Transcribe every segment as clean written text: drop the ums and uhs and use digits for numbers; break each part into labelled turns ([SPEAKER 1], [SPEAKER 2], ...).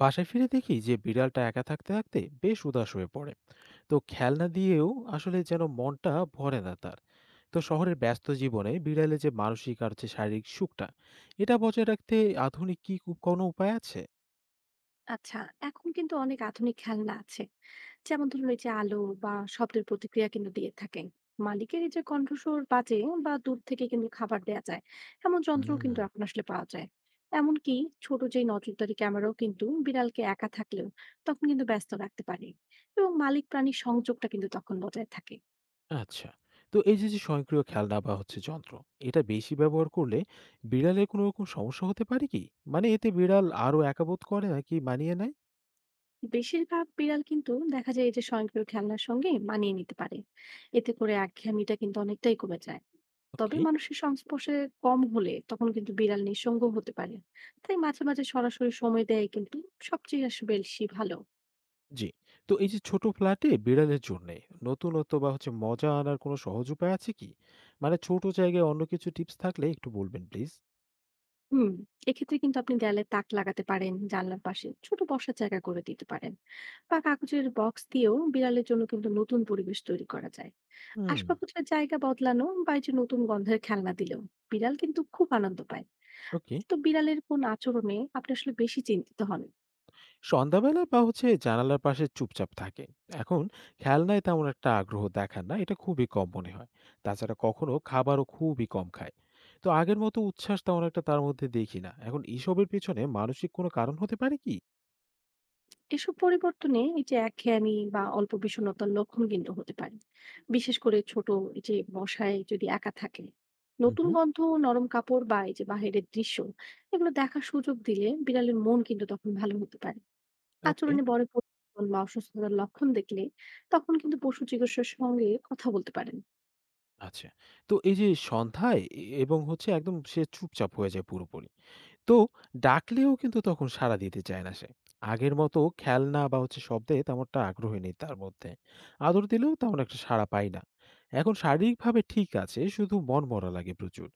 [SPEAKER 1] বাসায় ফিরে দেখি যে বিড়ালটা একা থাকতে থাকতে বেশ উদাস হয়ে পড়ে। তো খেলনা দিয়েও আসলে যেন মনটা ভরে না তার। তো শহরের ব্যস্ত জীবনে বিড়ালের যে মানসিক আর যে শারীরিক সুখটা, এটা বজায় রাখতে আধুনিক কি কোনো উপায় আছে?
[SPEAKER 2] আচ্ছা, এখন কিন্তু অনেক আধুনিক খেলনা আছে। যেমন ধরুন, এই যে আলো বা শব্দের প্রতিক্রিয়া কিন্তু দিয়ে থাকে, মালিকের এই যে কণ্ঠস্বর বাজে, বা দূর থেকে কিন্তু খাবার দেয়া যায় এমন যন্ত্রও কিন্তু
[SPEAKER 1] হুম।
[SPEAKER 2] এখন আসলে পাওয়া যায়। এমনকি ছোট যে নজরদারি ক্যামেরাও কিন্তু বিড়ালকে একা থাকলেও তখন কিন্তু ব্যস্ত রাখতে পারে, এবং মালিক প্রাণীর সংযোগটা কিন্তু তখন বজায় থাকে।
[SPEAKER 1] আচ্ছা। তো এই যে যে স্বয়ংক্রিয় খেলনা বা হচ্ছে যন্ত্র, এটা বেশি ব্যবহার করলে বিড়ালের কোনো রকম সমস্যা হতে পারে কি? মানে এতে বিড়াল আরো একাবোধ করে নাকি মানিয়ে নেয়?
[SPEAKER 2] বেশিরভাগ বিড়াল কিন্তু দেখা যায় এই যে স্বয়ংক্রিয় খেলনার সঙ্গে মানিয়ে নিতে পারে, এতে করে একঘেয়েমিটা কিন্তু অনেকটাই কমে যায়। তবে
[SPEAKER 1] ওকে।
[SPEAKER 2] মানুষের সংস্পর্শে কম হলে তখন কিন্তু বিড়াল নিঃসঙ্গ হতে পারে, তাই মাঝে মাঝে সরাসরি সময় দেয় কিন্তু সবচেয়ে আসলে বেশি ভালো।
[SPEAKER 1] জি। তো এই যে ছোট ফ্ল্যাটে বিড়ালের জন্যে নতুনত্ব বা হচ্ছে মজা আনার কোনো সহজ উপায় আছে কি? মানে ছোট জায়গায় অন্য কিছু টিপস থাকলে একটু বলবেন প্লিজ।
[SPEAKER 2] হুম, এক্ষেত্রে কিন্তু আপনি দেয়ালে তাক লাগাতে পারেন, জানলার পাশে ছোট বসার জায়গা করে দিতে পারেন, বা কাগজের বক্স দিয়েও বিড়ালের জন্য কিন্তু নতুন পরিবেশ তৈরি করা যায়।
[SPEAKER 1] হুম।
[SPEAKER 2] আসবাবপত্রের জায়গা বদলানো বা এই যে নতুন গন্ধের খেলনা দিলেও বিড়াল কিন্তু খুব আনন্দ পায়।
[SPEAKER 1] ওকে।
[SPEAKER 2] তো বিড়ালের কোন আচরণে আপনি আসলে বেশি চিন্তিত হন?
[SPEAKER 1] সন্ধ্যাবেলা বা হচ্ছে জানালার পাশে চুপচাপ থাকে। এখন খেলনায় তেমন একটা আগ্রহ দেখান না। এটা খুবই কম মনে হয়। তাছাড়া কখনো খাবারও খুবই কম খায়। তো আগের মতো উচ্ছ্বাস তেমন একটা তার মধ্যে দেখি না। এখন এসবের পেছনে মানসিক কোনো কারণ হতে পারে কি?
[SPEAKER 2] এসব পরিবর্তনে এই যে একঘেয়েমি বা অল্প বিষণ্ণতার লক্ষণ কিন্তু হতে পারে, বিশেষ করে ছোট এই যে বসায় যদি একা থাকে।
[SPEAKER 1] হুম
[SPEAKER 2] নতুন
[SPEAKER 1] হুম।
[SPEAKER 2] গন্ধ, নরম কাপড় বা এই যে বাইরের দৃশ্য এগুলো দেখার সুযোগ দিলে বিড়ালের মন কিন্তু তখন ভালো হতে পারে।
[SPEAKER 1] ওকে।
[SPEAKER 2] আচরণে বড় পরিবর্তন বা অসুস্থতার লক্ষণ দেখলে তখন কিন্তু পশু চিকিৎসকের সঙ্গে কথা বলতে পারেন।
[SPEAKER 1] আচ্ছা। তো এই যে সন্ধ্যায় এ এবং হচ্ছে একদম সে চুপচাপ হয়ে যায় পুরোপুরি। তো ডাকলেও কিন্তু তখন সাড়া দিতে চায় না সে। আগের মতো খেলনা বা হচ্ছে শব্দে তেমনটা আগ্রহী নেই তার মধ্যে। আদর দিলেও তেমন একটা সাড়া পাই না। এখন শারীরিকভাবে ঠিক আছে, শুধু মনমরা লাগে প্রচুর।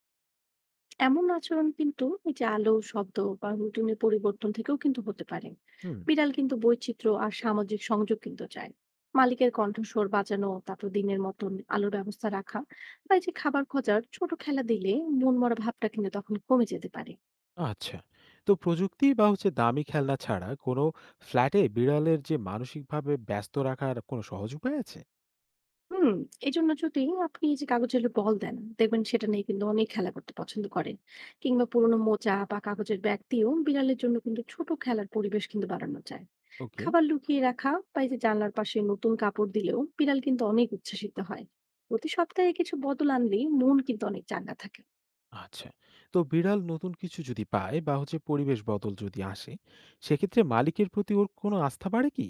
[SPEAKER 2] এমন আচরণ কিন্তু এই যে আলো, শব্দ বা রুটিনের পরিবর্তন থেকেও কিন্তু হতে পারে।
[SPEAKER 1] হুম,
[SPEAKER 2] বিড়াল কিন্তু বৈচিত্র্য আর সামাজিক সংযোগ কিন্তু চায়। মালিকের কণ্ঠস্বর বাজানো, তারপর দিনের মতন আলোর ব্যবস্থা রাখা, বা এই যে খাবার খোঁজার ছোট খেলা দিলে মন মরা ভাবটা কিন্তু তখন কমে যেতে পারে।
[SPEAKER 1] আচ্ছা। তো প্রযুক্তি বা হচ্ছে দামি খেলনা ছাড়া কোনো ফ্ল্যাটে বিড়ালের যে মানসিকভাবে ব্যস্ত রাখার কোনো সহজ উপায় আছে?
[SPEAKER 2] হুম, এজন্য যদি আপনি এই যে কাগজের বল দেন, দেখবেন সেটা নিয়ে কিন্তু অনেক খেলা করতে পছন্দ করে। কিংবা পুরোনো মোজা বা কাগজের ব্যাগ দিয়েও বিড়ালের জন্য কিন্তু ছোট খেলার পরিবেশ কিন্তু বানানো যায়।
[SPEAKER 1] ওকে।
[SPEAKER 2] খাবার লুকিয়ে রাখা বা এই যে জানলার পাশে নতুন কাপড় দিলেও বিড়াল কিন্তু অনেক উচ্ছ্বসিত হয়। প্রতি সপ্তাহে কিছু বদল আনলেই মন কিন্তু অনেক চাঙ্গা থাকে।
[SPEAKER 1] আচ্ছা। তো বিড়াল নতুন কিছু যদি পায় বা হচ্ছে পরিবেশ বদল যদি আসে, সেক্ষেত্রে মালিকের প্রতি ওর কোনো আস্থা বাড়ে কি?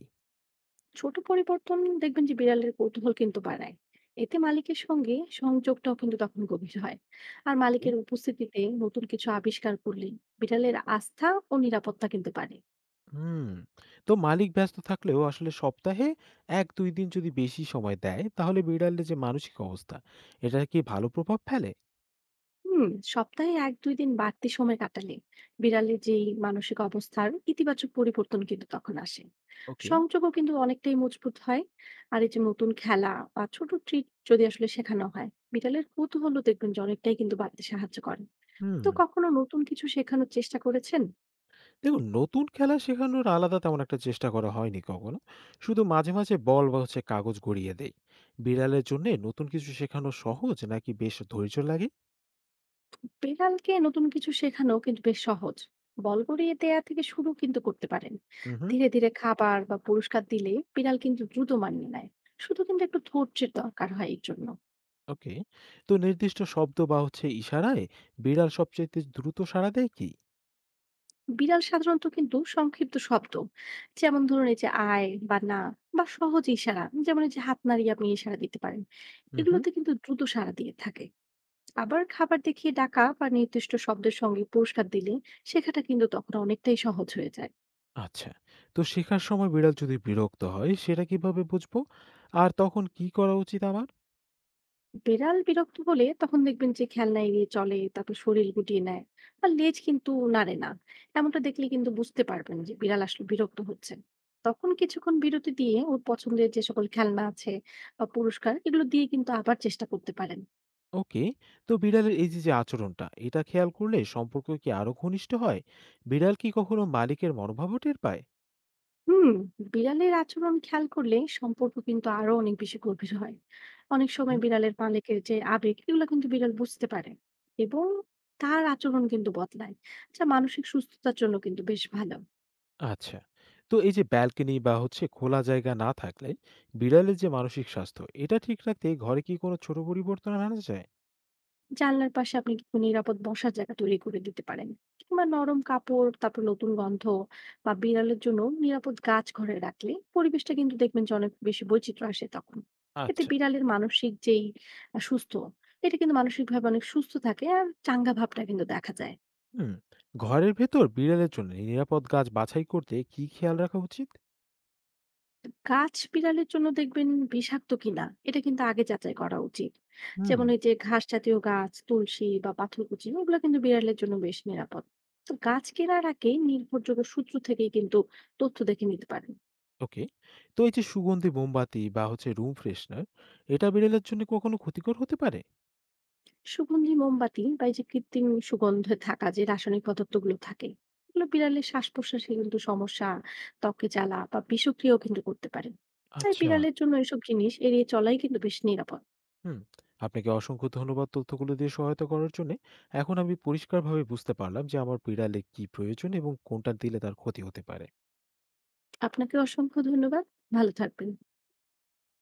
[SPEAKER 2] ছোট পরিবর্তন দেখবেন যে বিড়ালের কৌতূহল কিন্তু বাড়ায়, এতে মালিকের সঙ্গে সংযোগটাও কিন্তু তখন গভীর হয়। আর
[SPEAKER 1] ওকে।
[SPEAKER 2] মালিকের উপস্থিতিতে নতুন কিছু আবিষ্কার করলে বিড়ালের আস্থা ও নিরাপত্তা কিন্তু বাড়ে।
[SPEAKER 1] হুম। তো মালিক ব্যস্ত থাকলেও আসলে সপ্তাহে ১-২ দিন যদি বেশি সময় দেয়, তাহলে বিড়ালের যে মানসিক অবস্থা, এটা কি ভালো প্রভাব ফেলে?
[SPEAKER 2] হুম, সপ্তাহে 1-2 দিন বাড়তি সময় কাটালে বিড়ালের যেই মানসিক অবস্থার ইতিবাচক পরিবর্তন কিন্তু তখন আসে,
[SPEAKER 1] ওকে।
[SPEAKER 2] সংযোগও কিন্তু অনেকটাই মজবুত হয়। আর এই যে নতুন খেলা বা ছোট ট্রিট যদি আসলে শেখানো হয়, বিড়ালের কৌতূহলও দেখবেন যে অনেকটাই কিন্তু বাড়তে সাহায্য করে।
[SPEAKER 1] হুম।
[SPEAKER 2] তো কখনো নতুন কিছু শেখানোর চেষ্টা করেছেন?
[SPEAKER 1] দেখুন, নতুন খেলা শেখানোর আলাদা তেমন একটা চেষ্টা করা হয়নি কখনো। শুধু মাঝে মাঝে বল বা হচ্ছে কাগজ গড়িয়ে দেই। বিড়ালের জন্যে নতুন কিছু শেখানো সহজ নাকি বেশ ধৈর্য লাগে?
[SPEAKER 2] বিড়ালকে নতুন কিছু শেখানো কিন্তু বেশ সহজ। বল গড়িয়ে দেয়া থেকে শুরু কিন্তু করতে পারেন।
[SPEAKER 1] উহু।
[SPEAKER 2] ধীরে ধীরে খাবার বা পুরস্কার দিলে বিড়াল কিন্তু দ্রুত মানিয়ে নেয়, শুধু কিন্তু একটু ধৈর্যের দরকার হয় এর জন্য।
[SPEAKER 1] ওকে। তো নির্দিষ্ট শব্দ বা হচ্ছে ইশারায় বিড়াল সবচেয়ে দ্রুত সাড়া দেয় কি?
[SPEAKER 2] বিড়াল সাধারণত কিন্তু সংক্ষিপ্ত শব্দ, যেমন ধরুন এই যে আয় বা না, বা সহজ ইশারা, যেমন এই যে হাত নাড়িয়ে আপনি ইশারা দিতে পারেন,
[SPEAKER 1] হুম হুম।
[SPEAKER 2] এগুলোতে কিন্তু দ্রুত সাড়া দিয়ে থাকে। আবার খাবার দেখিয়ে ডাকা বা নির্দিষ্ট শব্দের সঙ্গে পুরস্কার দিলে শেখাটা কিন্তু তখন অনেকটাই সহজ হয়ে যায়।
[SPEAKER 1] আচ্ছা। তো শেখার সময় বিড়াল যদি বিরক্ত হয় সেটা কিভাবে বুঝবো? আর তখন কি করা উচিত আমার?
[SPEAKER 2] বিড়াল বিরক্ত হলে তখন দেখবেন যে খেলনা এড়িয়ে চলে, তারপর শরীর গুটিয়ে নেয় আর লেজ কিন্তু নাড়ে না। এমনটা দেখলে কিন্তু বুঝতে পারবেন যে বিড়াল আসলে বিরক্ত হচ্ছে। তখন কিছুক্ষণ বিরতি দিয়ে ওর পছন্দের যে সকল খেলনা আছে বা পুরস্কার এগুলো দিয়ে কিন্তু আবার চেষ্টা করতে পারেন।
[SPEAKER 1] ওকে। তো বিড়ালের এই যে যে আচরণটা এটা খেয়াল করলে সম্পর্ক কি আরো ঘনিষ্ঠ হয়? বিড়াল কি কখনো মালিকের মনোভাবও টের পায়?
[SPEAKER 2] হুম, বিড়ালের আচরণ খেয়াল করলে সম্পর্ক কিন্তু আরো অনেক বেশি গভীর হয়। অনেক সময়
[SPEAKER 1] হুম।
[SPEAKER 2] বিড়ালের মালিকের যে আবেগ এগুলো কিন্তু বিড়াল বুঝতে পারে এবং তার আচরণ কিন্তু বদলায়, যা মানসিক সুস্থতার জন্য কিন্তু বেশ ভালো।
[SPEAKER 1] আচ্ছা। তো এই যে ব্যালকনি বা হচ্ছে খোলা জায়গা না থাকলে বিড়ালের যে মানসিক স্বাস্থ্য, এটা ঠিক রাখতে ঘরে কি কোনো ছোট পরিবর্তন আনা যায়?
[SPEAKER 2] জানলার পাশে আপনি কিন্তু নিরাপদ বসার জায়গা তৈরি করে দিতে পারেন, কিংবা নরম কাপড়, তারপর নতুন গন্ধ বা বিড়ালের জন্য নিরাপদ গাছ ঘরে রাখলে পরিবেশটা কিন্তু দেখবেন যে অনেক বেশি বৈচিত্র্য আসে তখন। এতে
[SPEAKER 1] আচ্ছা।
[SPEAKER 2] বিড়ালের মানসিক যেই সুস্থ এটা কিন্তু মানসিকভাবে অনেক সুস্থ থাকে, আর চাঙ্গা ভাবটা কিন্তু দেখা যায়।
[SPEAKER 1] হুম। ঘরের ভেতর বিড়ালের জন্য নিরাপদ গাছ বাছাই করতে কি খেয়াল রাখা উচিত?
[SPEAKER 2] গাছ বিড়ালের জন্য দেখবেন বিষাক্ত কিনা এটা কিন্তু আগে যাচাই করা উচিত।
[SPEAKER 1] হুম।
[SPEAKER 2] যেমন এই যে ঘাস জাতীয় গাছ, তুলসী বা পাথরকুচি ওগুলো কিন্তু বিড়ালের জন্য বেশ নিরাপদ। তো গাছ কেনার আগে নির্ভরযোগ্য সূত্র থেকেই কিন্তু তথ্য দেখে নিতে পারেন।
[SPEAKER 1] ওকে। তো এই যে সুগন্ধি মোমবাতি বা হচ্ছে রুম ফ্রেশনার, এটা বিড়ালের জন্য কখনো ক্ষতিকর হতে পারে?
[SPEAKER 2] সুগন্ধি মোমবাতি বা এই যে কৃত্রিম সুগন্ধে থাকা যে রাসায়নিক পদার্থগুলো থাকে, এগুলো বিড়ালের শ্বাস প্রশ্বাসে কিন্তু সমস্যা, ত্বকে জ্বালা বা বিষক্রিয়াও কিন্তু করতে পারে। তাই
[SPEAKER 1] আচ্ছা।
[SPEAKER 2] বিড়ালের জন্য এসব জিনিস এড়িয়ে চলাই কিন্তু বেশ নিরাপদ।
[SPEAKER 1] হুম। আপনাকে অসংখ্য ধন্যবাদ তথ্যগুলো দিয়ে সহায়তা করার জন্য। এখন আমি পরিষ্কারভাবে বুঝতে পারলাম যে আমার বিড়ালে কি প্রয়োজন এবং কোনটা দিলে তার ক্ষতি হতে পারে।
[SPEAKER 2] আপনাকে অসংখ্য ধন্যবাদ। ভালো থাকবেন।